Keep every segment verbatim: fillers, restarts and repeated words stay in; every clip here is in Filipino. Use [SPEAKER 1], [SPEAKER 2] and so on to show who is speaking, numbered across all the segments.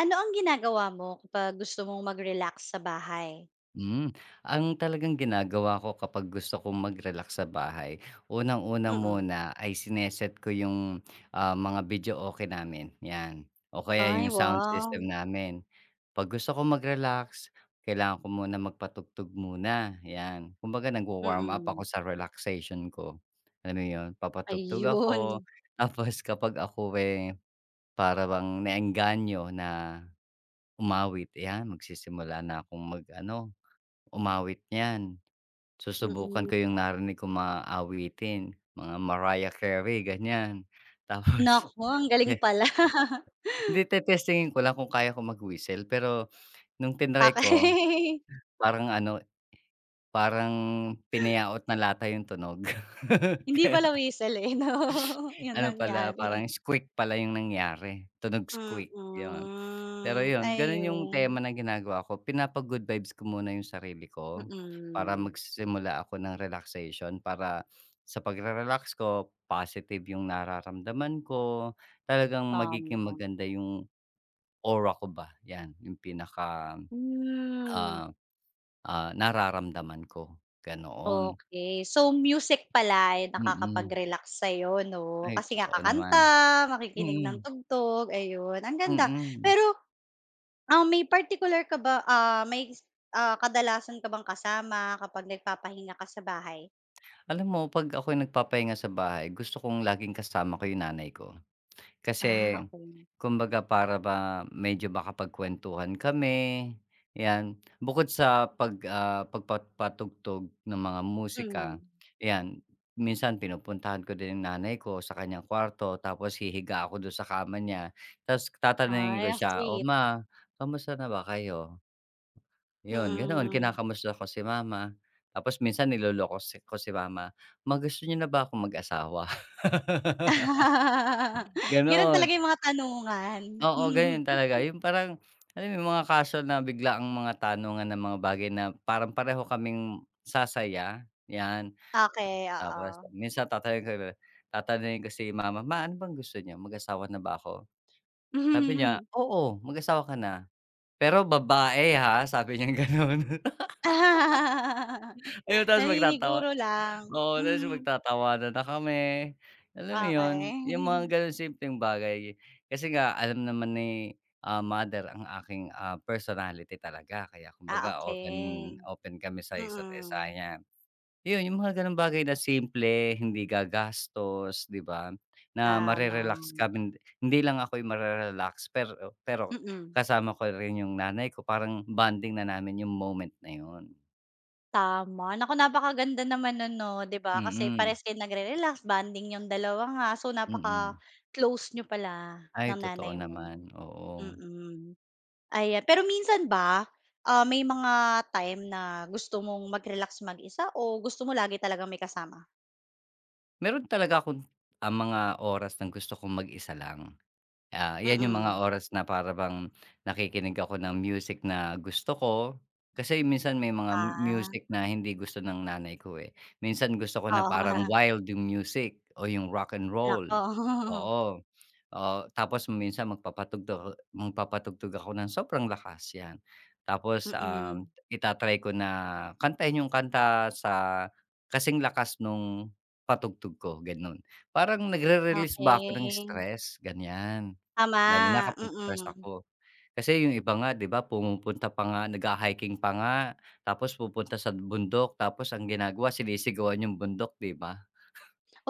[SPEAKER 1] Ano ang ginagawa mo kapag gusto mong mag-relax sa bahay?
[SPEAKER 2] Hmm, ang talagang ginagawa ko kapag gusto kong mag-relax sa bahay, unang-una
[SPEAKER 1] Mm.
[SPEAKER 2] muna ay sine ko yung, ah, mga video okay namin, 'yan. O kaya
[SPEAKER 1] Ay,
[SPEAKER 2] yung sound
[SPEAKER 1] wow.
[SPEAKER 2] system namin. 'Pag gusto kong mag-relax, kailangan ko muna magpatugtog muna, 'yan. Kumbaga nagwa-warm up
[SPEAKER 1] Mm.
[SPEAKER 2] ako sa relaxation ko, alam mo yun? Papatugtog
[SPEAKER 1] Ayun.
[SPEAKER 2] ako, tapos kapag ako, eh, para bang naengganyo na umawit, 'yan, magsisimula na akong mag-ano umawit niyan. Susubukan
[SPEAKER 1] Mm.
[SPEAKER 2] ko yung narinig kong mga awitin, mga Mariah Carey, ganyan. Tapos
[SPEAKER 1] Naku, ang galing
[SPEAKER 2] te
[SPEAKER 1] pala.
[SPEAKER 2] hindi, te-testingin ko lang kung kaya ko mag-whistle, pero nung tinry ko,
[SPEAKER 1] Okey.
[SPEAKER 2] parang ano, parang pinayaot na lata yung tunog.
[SPEAKER 1] Hindi
[SPEAKER 2] Kaya
[SPEAKER 1] pala whistle, eh, 'no? 'Yun
[SPEAKER 2] ano pala,
[SPEAKER 1] nangyari.
[SPEAKER 2] parang squeak pala yung nangyari, tunog squeak, yun. Pero
[SPEAKER 1] Mm.
[SPEAKER 2] yun, ganun yung
[SPEAKER 1] Ayun.
[SPEAKER 2] tema na ginagawa ko, pinapa-good vibes ko muna yung sarili ko, para
[SPEAKER 1] Mm.
[SPEAKER 2] magsimula ako ng relaxation para sa pagre-relax ko, positive yung nararamdaman ko, talagang
[SPEAKER 1] Tama.
[SPEAKER 2] magiging maganda yung aura ko ba, yan yung pinaka,
[SPEAKER 1] Hmm.
[SPEAKER 2] ah, ah, nararamdaman ko, ganoon.
[SPEAKER 1] Okey. So, music pala ay
[SPEAKER 2] Mm.
[SPEAKER 1] nakakapag-relax sa'yo 'no?
[SPEAKER 2] Ay,
[SPEAKER 1] Kasi nga
[SPEAKER 2] totoo naman.
[SPEAKER 1] kakanta, makikinig ng
[SPEAKER 2] Mm,
[SPEAKER 1] tugtog, ayun, ang ganda.
[SPEAKER 2] mm.
[SPEAKER 1] Pero, ah, may particular ka ba, ah, may, ah, kadalasan ka bang kasama kapag nagpapahinga ka sa bahay?
[SPEAKER 2] Alam mo 'pag ako'y nagpapahinga sa bahay gusto kong laging kasama ko yung nanay ko.
[SPEAKER 1] Ah,
[SPEAKER 2] Kasi
[SPEAKER 1] okey.
[SPEAKER 2] kumbaga para ba medyo makapagkuwentuhan kami, 'yan. Bukod sa pag, ah, pagpapatugtog ng mga musika,
[SPEAKER 1] Hmm.
[SPEAKER 2] 'yan, minsan pinupuntahan ko din yung nanay ko sa kanyang kwarto tapos hihiga ako do'n sa kama niya tapos tatanungin
[SPEAKER 1] Ay,
[SPEAKER 2] ko
[SPEAKER 1] ang
[SPEAKER 2] siya, "O
[SPEAKER 1] sweet.
[SPEAKER 2] ma, kamusta na ba kayo?" 'Yun, ganoon,
[SPEAKER 1] Mm.
[SPEAKER 2] kinakamusta ko si mama. Tapos minsan niloloko si ko si mama, "Ma, gusto niyo na ba ako mag-asawa?"
[SPEAKER 1] Gano'n talaga
[SPEAKER 2] Ganoon.
[SPEAKER 1] yung mga tanungan.
[SPEAKER 2] Oo, ganun talaga. Yung parang, alam mo yung mga casual na bigla ang mga tanungan ng mga bagay na parang pareho kaming sasaya, 'yan.
[SPEAKER 1] Okey,
[SPEAKER 2] Tapos
[SPEAKER 1] oo.
[SPEAKER 2] minsan tatanungin ko tatanungin ko si mama, "Ma, ano bang gusto niya, mag-asawa na ba ako?" Sabi niya, "Oo, mag-asawa ka na, pero babae, ha." Sabi niya gano'n. Ayun, tapos magtatawa.
[SPEAKER 1] Naniniguro lang.
[SPEAKER 2] Oo, tapos
[SPEAKER 1] Hmm,
[SPEAKER 2] magtatawanan na kami, alam mo yun, yung mga
[SPEAKER 1] okey.
[SPEAKER 2] gano'ng simpleng bagay. Kasi nga alam naman ni, ah, mother ang aking, ah, personality talaga kaya
[SPEAKER 1] Ah,
[SPEAKER 2] kumbaga open
[SPEAKER 1] okey.
[SPEAKER 2] open kami sa isa't isa,
[SPEAKER 1] Mm,
[SPEAKER 2] yan. Yun, yung mga gano'ng bagay na simple, hindi gagastos, 'di ba, na
[SPEAKER 1] tama.
[SPEAKER 2] mare-relax kami. Hindi lang ako yung mare-relax pero pero
[SPEAKER 1] Mm,
[SPEAKER 2] kasama ko rin yung nanay ko, parang bonding na namin yung moment na yun.
[SPEAKER 1] tama. Naku, napakaganda naman nun 'no, 'di ba? Kasi
[SPEAKER 2] Mm,
[SPEAKER 1] parehas kayong nagre-relax, bonding yung dalawa nga. So,
[SPEAKER 2] mm.
[SPEAKER 1] napaka-close niyo pala
[SPEAKER 2] Ay,
[SPEAKER 1] ng
[SPEAKER 2] totoo
[SPEAKER 1] nanay mo.
[SPEAKER 2] naman, oo.
[SPEAKER 1] Mm, ayan. Pero minsan ba, ah, may mga time na gusto mong mag-relax mag-isa o gusto mo lagi talagang may kasama?
[SPEAKER 2] Meron talaga akong, ang mga oras ng gusto kong mag-isa lang. Ah, 'yan yung
[SPEAKER 1] Mm.
[SPEAKER 2] mga oras na para bang nakikinig ako ng music na gusto ko. Kasi minsan may mga
[SPEAKER 1] Ah,
[SPEAKER 2] music na hindi gusto ng nanay ko, eh. Minsan gusto ko na
[SPEAKER 1] oo nga.
[SPEAKER 2] parang wild yung music o yung rock and roll,
[SPEAKER 1] Naku.
[SPEAKER 2] oo. Oo, tapos minsan magpapatugtog magpapatugtog ako ng sobrang lakas, 'yan. Tapos, um,
[SPEAKER 1] Mm.
[SPEAKER 2] ita-try ko na kantahin yung kanta sa kasing lakas nung patugtog ko, gano'n. Parang nagre-release ba ako ng
[SPEAKER 1] Okey,
[SPEAKER 2] stress, ganiyan. Lalo na
[SPEAKER 1] tama,
[SPEAKER 2] kapag stress
[SPEAKER 1] mm.
[SPEAKER 2] ako. Kasi yung iba nga, 'di ba, pumupunta pa nga, nagha-hiking pa nga, tapos pupunta sa bundok, tapos ang ginagawa sinisigawan yung bundok, 'di ba?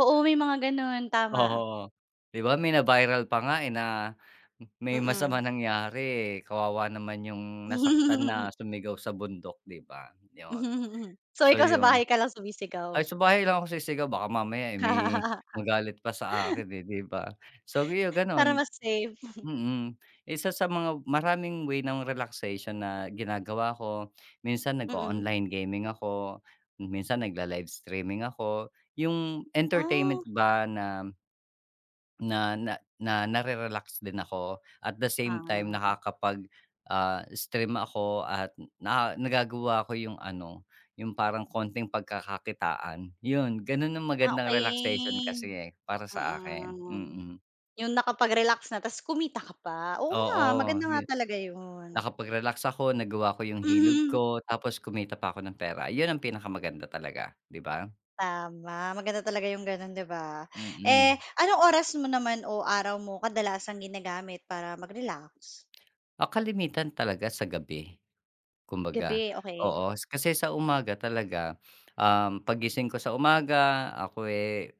[SPEAKER 1] Oo, may mga gano'n, tama.
[SPEAKER 2] Oo, 'di ba may na-viral pa nga, eh, na may masama
[SPEAKER 1] Mm.
[SPEAKER 2] nangyari, eh, kawawa naman yung nasaktan na sumigaw sa bundok, 'di ba? yon
[SPEAKER 1] So,
[SPEAKER 2] So
[SPEAKER 1] ikaw sa
[SPEAKER 2] yon
[SPEAKER 1] bahay ka lang sumisigaw?
[SPEAKER 2] ay sa bahay lang ako sisigaw baka mamaya, eh, may magalit pa sa akin, eh, 'di ba? So yu
[SPEAKER 1] Para
[SPEAKER 2] gano'n,
[SPEAKER 1] mas safe?
[SPEAKER 2] mm. Isa sa mga maraming way ng relaxation na ginagawa ko, minsan
[SPEAKER 1] Mm.
[SPEAKER 2] nag-o-online gaming ako, minsan nagla-live streaming ako, yung
[SPEAKER 1] Ah,
[SPEAKER 2] entertainment ba na na na na nare-relax din ako at the same time
[SPEAKER 1] ah,
[SPEAKER 2] nakakapag, ah, stream ako at na nagagawa ko yung ano, yung parang konting pagkakakitaan. Yun, ganun ang
[SPEAKER 1] ah,
[SPEAKER 2] magandang relaxation
[SPEAKER 1] Okey,
[SPEAKER 2] kasi, eh, para sa akin,
[SPEAKER 1] mm.
[SPEAKER 2] mm.
[SPEAKER 1] Yung nakapag-relax na ta's kumita ka pa, oo nga,
[SPEAKER 2] Oo,
[SPEAKER 1] maganda nga
[SPEAKER 2] yu
[SPEAKER 1] talaga yun.
[SPEAKER 2] nakapag-relax ako, nagawa ko yung hilog
[SPEAKER 1] Mhm.
[SPEAKER 2] ko, tapos kumita pa ako ng pera. Yun ang pinakamaganda talaga, 'di ba?
[SPEAKER 1] Tama, maganda talaga yung gano'n, 'di ba? Eh,
[SPEAKER 2] Mm.
[SPEAKER 1] anong oras mo naman o araw mo kadalasang ginagamit para mag-relax?
[SPEAKER 2] Ah, kalimitan talaga sa gabi. Kumbaga,
[SPEAKER 1] Gabi, okey.
[SPEAKER 2] oo. S- Kasi sa umaga talaga, um, paggising ko sa umaga ako, eh,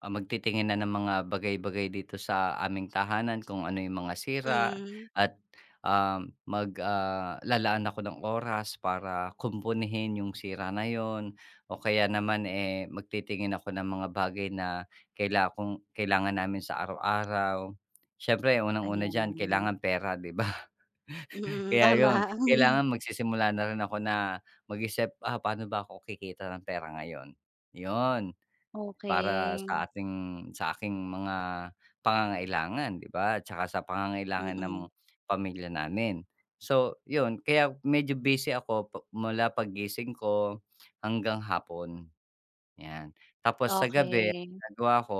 [SPEAKER 2] ah, magtitingin na ng mga bagay-bagay dito sa aming tahanan kung ano yung mga sira
[SPEAKER 1] Mm.
[SPEAKER 2] at, um, mag ah, lalaan ako ng oras para kumpunihin yung sira na yon o kaya naman, eh, magtitingin ako ng mga bagay na kaila kung kailangan namin sa araw-araw. Siyempre unang-una
[SPEAKER 1] Ayan.
[SPEAKER 2] diyan kailangan pera, 'di ba?
[SPEAKER 1] Mm,
[SPEAKER 2] Kaya
[SPEAKER 1] tama.
[SPEAKER 2] yun, kailangan magsisimula na rin ako na mag-isip, ah, paano ba ako kikita ng pera ngayon? Yun, para sa
[SPEAKER 1] Okey.
[SPEAKER 2] ating sa aking mga pangangailangan, 'di ba? At sa pangangailangan ng
[SPEAKER 1] Mm.
[SPEAKER 2] pamilya namin. So, yun kaya medyo busy ako pa mula paggising ko hanggang hapon, 'yan. Tapos sa gabi, ang
[SPEAKER 1] Okey.
[SPEAKER 2] ginagawa ko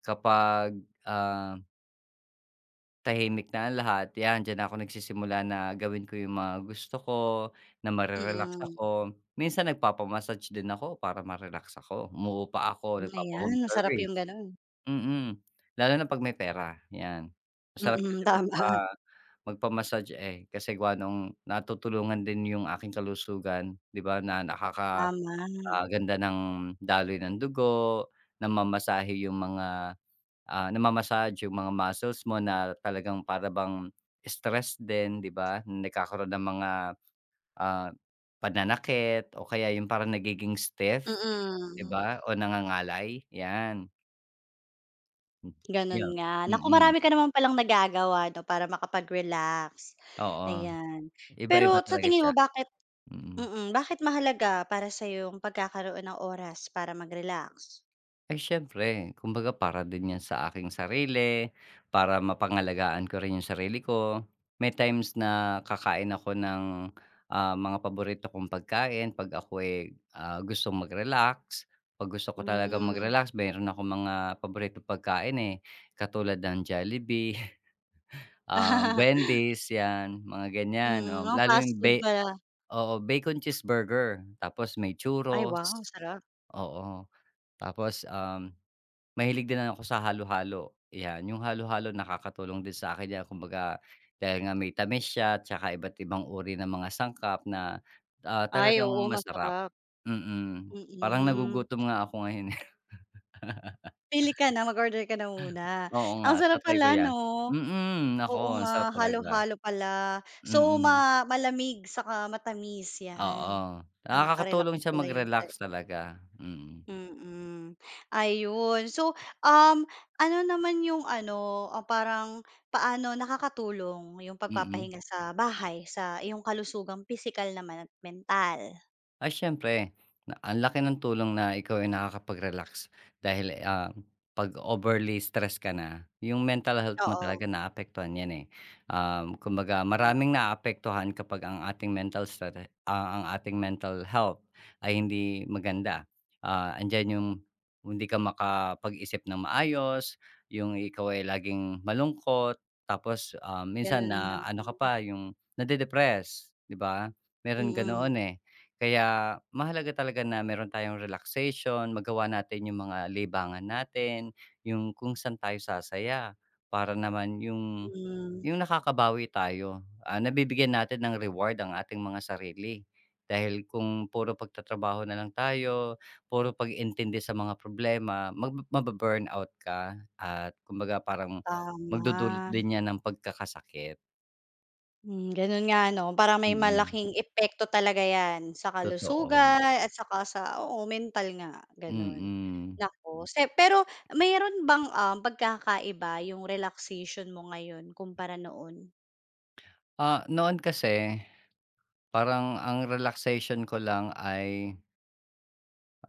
[SPEAKER 2] kapag, ah tahimik na ang lahat, 'yan, diyan na ako nagsisimula na gawin ko yung mga gusto ko, na mare
[SPEAKER 1] Mm.
[SPEAKER 2] ako. Minsan nagpapa din ako para ma-relax ako, umuupa ako,
[SPEAKER 1] Hmm, ayan
[SPEAKER 2] nagpapa-home
[SPEAKER 1] masarap yung
[SPEAKER 2] service,
[SPEAKER 1] gano'n.
[SPEAKER 2] mm. Lalo na 'pag may pera, 'yan. Masarap
[SPEAKER 1] Mm,
[SPEAKER 2] kasi magpa
[SPEAKER 1] tama.
[SPEAKER 2] magpa-massage, eh, kasi gawa nung natutulungan din yung aking kalusugan, 'di ba, na nakaka
[SPEAKER 1] Tama.
[SPEAKER 2] ah, ganda ng daloy ng dugo, namamasahe yung mga ah, nama-massage yung mga muscles mo na talagang para bang stress din, 'di ba? Nagkakaroon ng mga, ah, pananakit o kaya yung parang nagiging stiff, 'di
[SPEAKER 1] Mm.
[SPEAKER 2] ba, o nangangalay, 'yan.
[SPEAKER 1] Gano'n
[SPEAKER 2] Yun,
[SPEAKER 1] nga. Naku,
[SPEAKER 2] mm.
[SPEAKER 1] marami ka naman palang nagagawa 'no, para makapag-relax,
[SPEAKER 2] Oo,
[SPEAKER 1] ayan. Pero
[SPEAKER 2] iba-iba
[SPEAKER 1] sa
[SPEAKER 2] talaga
[SPEAKER 1] tingin mo
[SPEAKER 2] siya,
[SPEAKER 1] bakit
[SPEAKER 2] mm.
[SPEAKER 1] Mm, bakit mahalaga para sa yung pagkakaroon ng oras para mag-relax?
[SPEAKER 2] Ay siyempre, kumbaga para din 'yan sa aking sarili, para mapangalagaan ko rin 'yung sarili ko. May times na kakain ako ng, ah, mga paborito kong pagkain 'pag ako, eh, ah, gustong mag-relax. 'Pag gusto ko talaga
[SPEAKER 1] Hmm.
[SPEAKER 2] mag-relax meron akong mga paboritong pagkain, eh, katulad ng Jollibee, ah, Wendy's 'yan, mga ganyan,
[SPEAKER 1] Mm,
[SPEAKER 2] um,
[SPEAKER 1] mga
[SPEAKER 2] lalo
[SPEAKER 1] fast
[SPEAKER 2] 'yung
[SPEAKER 1] food
[SPEAKER 2] be
[SPEAKER 1] pala.
[SPEAKER 2] oo, bacon cheeseburger, tapos may
[SPEAKER 1] Ay wow,
[SPEAKER 2] churros,
[SPEAKER 1] masarap.
[SPEAKER 2] oo. Tapos, um mahilig din ako sa halo-halo, 'yan. Yung halo-halo nakakatulong din sa akin 'yan kumbaga dahil nga may tamis siya tsaka iba't ibang uri ng mga sangkap na, ah,
[SPEAKER 1] Ay
[SPEAKER 2] talagang
[SPEAKER 1] oo,
[SPEAKER 2] masarap.
[SPEAKER 1] masarap.
[SPEAKER 2] Mm, parang
[SPEAKER 1] Mm.
[SPEAKER 2] nagugutom nga ako ngayon, eh.
[SPEAKER 1] Pili ka na, mag-order ka na muna.
[SPEAKER 2] Oo nga,
[SPEAKER 1] Ang
[SPEAKER 2] ta
[SPEAKER 1] sarap pala
[SPEAKER 2] ko 'yan.
[SPEAKER 1] 'no?
[SPEAKER 2] Mm, naku
[SPEAKER 1] Oo
[SPEAKER 2] ang
[SPEAKER 1] nga,
[SPEAKER 2] sarap talaga.
[SPEAKER 1] halo-halo pala. So ma
[SPEAKER 2] Mm,
[SPEAKER 1] malamig saka matamis, 'yan.
[SPEAKER 2] oo.
[SPEAKER 1] Nakaka-relax
[SPEAKER 2] Nakakatulong siya
[SPEAKER 1] pala 'yan sa
[SPEAKER 2] mag-relax talaga, mm,
[SPEAKER 1] Mm, ayun. So, um, ano naman yung ano, ah, parang paano nakakatulong yung
[SPEAKER 2] mm.
[SPEAKER 1] pagpapahinga sa bahay sa iyong kalusugang pisikal naman at mental?
[SPEAKER 2] Ay siyempre, na ang laki ng tulong na ikaw ay nakakapag-relax dahil, ah, 'pag overly stress ka na, yung mental health mo
[SPEAKER 1] Oo
[SPEAKER 2] talaga naapektuhan 'yan, eh. Um, kumbaga
[SPEAKER 1] nga,
[SPEAKER 2] maraming naaapektuhan kapag ang ating mental stre ah, ang ating mental health ay hindi maganda. Ah, andiyan yung hindi ka makapag-isip ng maayos, yung ikaw ay laging malungkot, tapos, ah, minsan
[SPEAKER 1] ganun nga.
[SPEAKER 2] na ano ka pa, yung nade-depress, 'di ba? Meron
[SPEAKER 1] Mm,
[SPEAKER 2] ganoon, eh. Kaya mahalaga talaga na meron tayong relaxation, magawa natin yung mga libangan natin, yung kung saan tayo sasaya para naman yung
[SPEAKER 1] mm,
[SPEAKER 2] yung nakakabawi tayo. Ah, nabibigyan natin ng reward ang ating mga sarili. Dahil kung puro pagtatrabaho na lang tayo, puro pag-intindi sa mga problema, mag mabu-burnout ka at kumbaga parang magdudulot
[SPEAKER 1] tama.
[SPEAKER 2] din 'yan ng pagkakasakit.
[SPEAKER 1] Hmm, gano'n nga ano parang may
[SPEAKER 2] Mm,
[SPEAKER 1] malaking epekto talaga 'yan sa
[SPEAKER 2] totoo.
[SPEAKER 1] kalusugan at saka sa oo, mental nga gano'n.
[SPEAKER 2] Mm.
[SPEAKER 1] Naku, se pero mayroon bang, um, pagkakaiba yung relaxation mo ngayon kumpara noon?
[SPEAKER 2] Ah, noon kasi parang ang relaxation ko lang ay,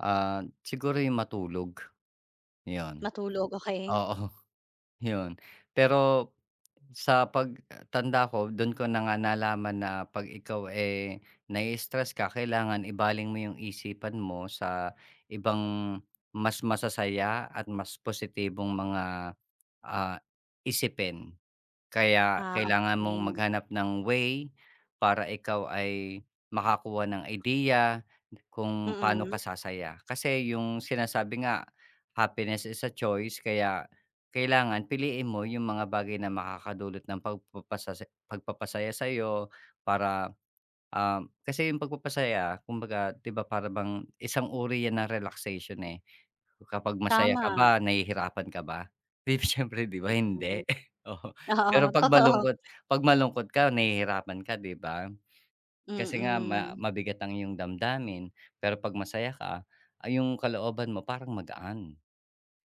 [SPEAKER 2] ah, siguro yung matulog, 'yon.
[SPEAKER 1] Matulog, okey?
[SPEAKER 2] Oo, 'yon. Pero sa pagtanda ko do'n ko na nga nalaman na 'pag ikaw, eh, nai-stress ka kailangan ibaling mo yung isipan mo sa ibang mas masasaya at mas positibong mga, ah, isipin. Kaya
[SPEAKER 1] Ah,
[SPEAKER 2] kailangan mong
[SPEAKER 1] okey.
[SPEAKER 2] maghanap ng way para ikaw ay makakuha ng idea kung paano
[SPEAKER 1] Mm,
[SPEAKER 2] ka sasaya. Kasi yung sinasabi nga, happiness is a choice, kaya kailangan piliin mo yung mga bagay na makakadulot ng pagpapasasa pagpapasaya sa'yo para, um, kasi yung pagpapasaya kumbaga 'di ba para bang isang uri yan ng relaxation, eh. Kapag masaya ka
[SPEAKER 1] tama.
[SPEAKER 2] ba nahihirapan ka ba? 'Di siyempre 'di ba hindi.
[SPEAKER 1] Mm,
[SPEAKER 2] Pero
[SPEAKER 1] oo,
[SPEAKER 2] 'pag
[SPEAKER 1] totoo.
[SPEAKER 2] malungkot 'pag malungkot ka nahihirapan ka, 'di ba? Kasi nga ma
[SPEAKER 1] Mm.
[SPEAKER 2] mabigat ang iyong damdamin, pero 'pag masaya ka, ay yung kalooban mo parang magaan,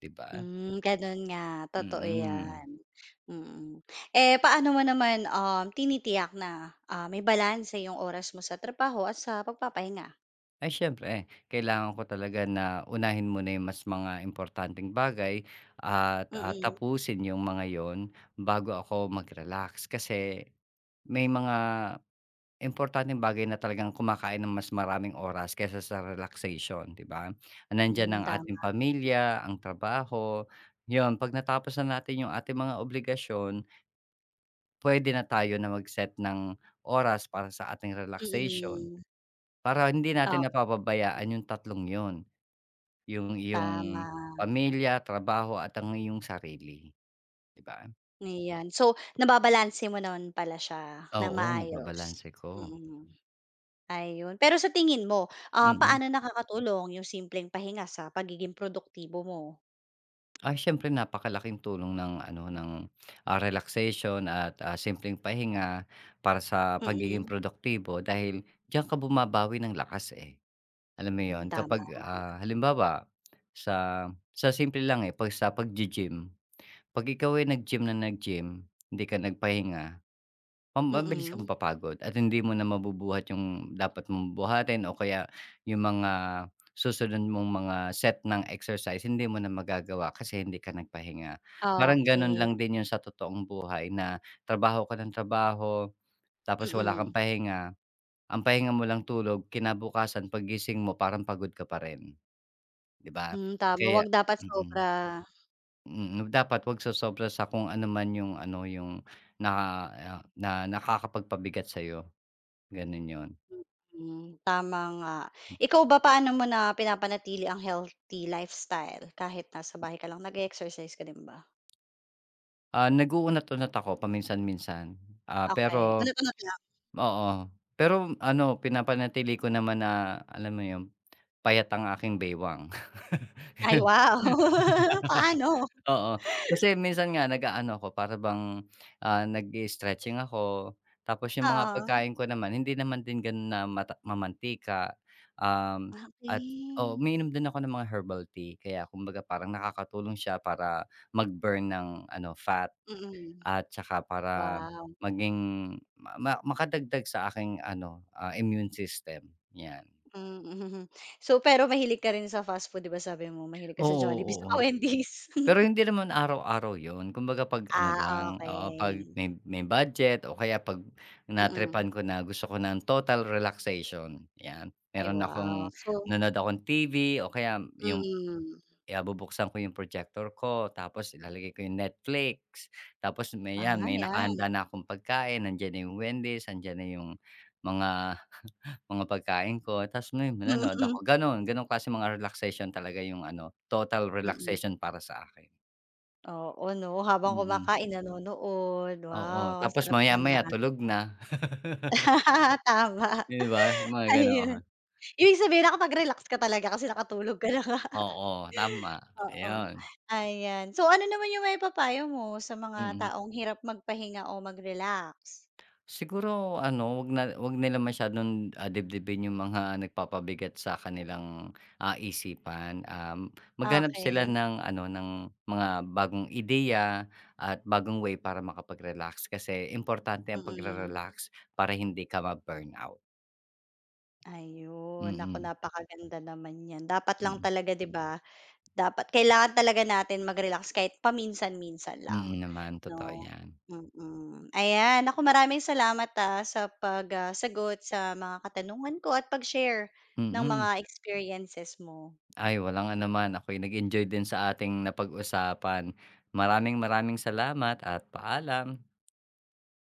[SPEAKER 2] 'di ba?
[SPEAKER 1] Hmm, gano'n nga, totoo
[SPEAKER 2] Mm.
[SPEAKER 1] 'yan, mm. Eh, paano mo naman, um, tinitiyak na, ah, may balanse yung oras mo sa trabaho at sa pagpapahinga?
[SPEAKER 2] Ay siyempre kailangan ko talaga na unahin muna yung mas mga importanteng bagay at, ah,
[SPEAKER 1] Mm-mm.
[SPEAKER 2] tapusin yung mga yon bago ako mag-relax kasi may mga importanteng bagay na talagang kumakain ng mas maraming oras kaysa sa relaxation, 'di ba?
[SPEAKER 1] Mm,
[SPEAKER 2] Nandiyan ang
[SPEAKER 1] hmm, tama,
[SPEAKER 2] ating pamilya, ang trabaho, 'yun 'pag natapos na natin yung ating mga obligasyon, pwede na tayo na mag-set ng oras para sa ating relaxation,
[SPEAKER 1] mm.
[SPEAKER 2] para hindi natin
[SPEAKER 1] Oo,
[SPEAKER 2] napapabayaan yung tatlong 'yun, yung iyong
[SPEAKER 1] tama,
[SPEAKER 2] pamilya, trabaho at ang iyong sarili, 'di ba?
[SPEAKER 1] ayan. So, nababalanse mo naman pala siya nang
[SPEAKER 2] Oo,
[SPEAKER 1] maayos?
[SPEAKER 2] nababalanse ko,
[SPEAKER 1] Mm, ayun. Pero sa tingin mo, ah,
[SPEAKER 2] mm.
[SPEAKER 1] paano nakakatulong yung simpleng pahinga sa pagiging produktibo mo?
[SPEAKER 2] Ay siyempre napakalaking tulong ng ano, ng, ah, relaxation at, ah, simpleng pahinga para sa pagiging
[SPEAKER 1] Mm-mm.
[SPEAKER 2] produktibo dahil diyan ka bumabawi ng lakas, eh. Alam mo
[SPEAKER 1] Mm, hmm,
[SPEAKER 2] yon
[SPEAKER 1] tama,
[SPEAKER 2] kapag, ah, halimbawa sa sa simple lang, eh, 'pag sa pag gym. 'Pag ikaw ay nag-gym na nag-gym, hindi ka nagpahinga, ma mabilis kang
[SPEAKER 1] mm,
[SPEAKER 2] mapapagod at hindi mo na mabubuhat yung dapat mong buhatin o kaya yung mga susunod mong mga set ng exercise hindi mo na magagawa kasi hindi ka nagpahinga. Parang gano'n
[SPEAKER 1] okey,
[SPEAKER 2] lang din yun sa totoong buhay na trabaho ka ng trabaho tapos wala kang
[SPEAKER 1] mm.
[SPEAKER 2] pahinga. Ang pahinga mo lang tulog, kinabukasan paggising mo parang pagod ka pa rin, 'di ba?
[SPEAKER 1] Hmm, tama,
[SPEAKER 2] Kaya
[SPEAKER 1] 'wag dapat sobra.
[SPEAKER 2] mm. Mm, dapat 'wag sosobra sa kung ano man yung ano, yung na ah, na nakakapagpabigat sa'yo, gano'n 'yon.
[SPEAKER 1] Mm, tama nga. Ikaw ba, paano mo na pinapanatili ang healthy lifestyle kahit nasa bahay ka lang? Nag exercise ka din ba?
[SPEAKER 2] Ah, nag-uunat-unat ako paminsan-minsan, ah,
[SPEAKER 1] Okay
[SPEAKER 2] pero
[SPEAKER 1] unat-unat lang?
[SPEAKER 2] oo. Pero ano, pinapanatili ko naman na alam mo 'yon, payat ang aking baywang.
[SPEAKER 1] Ay, wow! Paano?
[SPEAKER 2] Oo, kasi minsan nga nag-aano ako para bang, ah, nag-i-stretching ako, tapos yung mga
[SPEAKER 1] Oo.
[SPEAKER 2] pagkain ko naman hindi naman din gano'n na mata mamantika, um, at oo,
[SPEAKER 1] Okey.
[SPEAKER 2] umiinom din ako ng mga herbal tea kaya kumbaga parang nakakatulong siya para mag-burn ng ano, fat
[SPEAKER 1] Mm.
[SPEAKER 2] at saka para
[SPEAKER 1] Wow!
[SPEAKER 2] maging ma ma makadagdag sa aking ano, ah, immune system, 'yan.
[SPEAKER 1] Mm. So, pero mahilig ka rin sa fast food, 'di ba sabi mo mahilig ka sa
[SPEAKER 2] Oo,
[SPEAKER 1] Jollibee
[SPEAKER 2] oo.
[SPEAKER 1] saka Wendy's?
[SPEAKER 2] Pero hindi naman araw-araw 'yun, kumbaga 'pag ano
[SPEAKER 1] Ah,
[SPEAKER 2] lang, oo, 'pag
[SPEAKER 1] okey.
[SPEAKER 2] may may budget o kaya 'pag
[SPEAKER 1] Mm.
[SPEAKER 2] na-tripan ko na gusto ko ng total relaxation, 'yan.
[SPEAKER 1] Ay,
[SPEAKER 2] Meron akong
[SPEAKER 1] wow! So
[SPEAKER 2] nanonood akong T V o kaya yung,
[SPEAKER 1] mm.
[SPEAKER 2] ah, bubuksan ko yung projector ko tapos ilalagay ko yung Netflix, tapos may
[SPEAKER 1] Ah,
[SPEAKER 2] 'yan, may
[SPEAKER 1] 'yan.
[SPEAKER 2] nakahanda na akong pagkain, nandiyan na yung Wendy's, andiyan na yung mga mga pagkain ko tapos may manonood ako, gano'n. Gano'ng klaseng mga relaxation talaga yung ano, total
[SPEAKER 1] Mm.
[SPEAKER 2] relaxation para sa akin,
[SPEAKER 1] Oo 'no, habang
[SPEAKER 2] mm.
[SPEAKER 1] kumakain nanonood. Wow,
[SPEAKER 2] Oo,
[SPEAKER 1] ang
[SPEAKER 2] tapos
[SPEAKER 1] sarap
[SPEAKER 2] maya-maya
[SPEAKER 1] naman.
[SPEAKER 2] tulog na,
[SPEAKER 1] Tama,
[SPEAKER 2] 'di ba? Mga
[SPEAKER 1] ayun.
[SPEAKER 2] ganoon.
[SPEAKER 1] Ibig sabihin nakapag-relax ka talaga kasi nakatulog ka na nga.
[SPEAKER 2] Oo, tama,
[SPEAKER 1] Oo,
[SPEAKER 2] ayun,
[SPEAKER 1] ayan. So ano naman yung may papayo mo sa mga
[SPEAKER 2] mm.
[SPEAKER 1] taong hirap magpahinga o mag-relax?
[SPEAKER 2] Siguro ano, 'wag na 'wag nila masyadong, ah, dibdibin yung mga nagpapabigat sa kanilang, ah, isipan. Um, maghanap sila
[SPEAKER 1] Okey,
[SPEAKER 2] ng ano, ng mga bagong ideya at bagong way para makapag-relax kasi importante ang
[SPEAKER 1] mm.
[SPEAKER 2] pagre-relax para hindi ka ma-burnout.
[SPEAKER 1] Ayun, naku
[SPEAKER 2] Mm,
[SPEAKER 1] napakaganda naman niyan. Dapat lang
[SPEAKER 2] mm.
[SPEAKER 1] talaga 'di ba Dapat kailangan talaga natin mag-relax kahit paminsan-minsan lang,
[SPEAKER 2] Mm naman,
[SPEAKER 1] 'no?
[SPEAKER 2] totoo yan.
[SPEAKER 1] Mm, ayan naku maraming salamat, ah, sa pag, ah, sagot sa mga katanungan ko at pag-share ng mga
[SPEAKER 2] Mm.
[SPEAKER 1] experiences mo.
[SPEAKER 2] Ay, walang anuman. Ako'y nag-enjoy din sa ating napag-usapan. Maraming maraming salamat at paalam.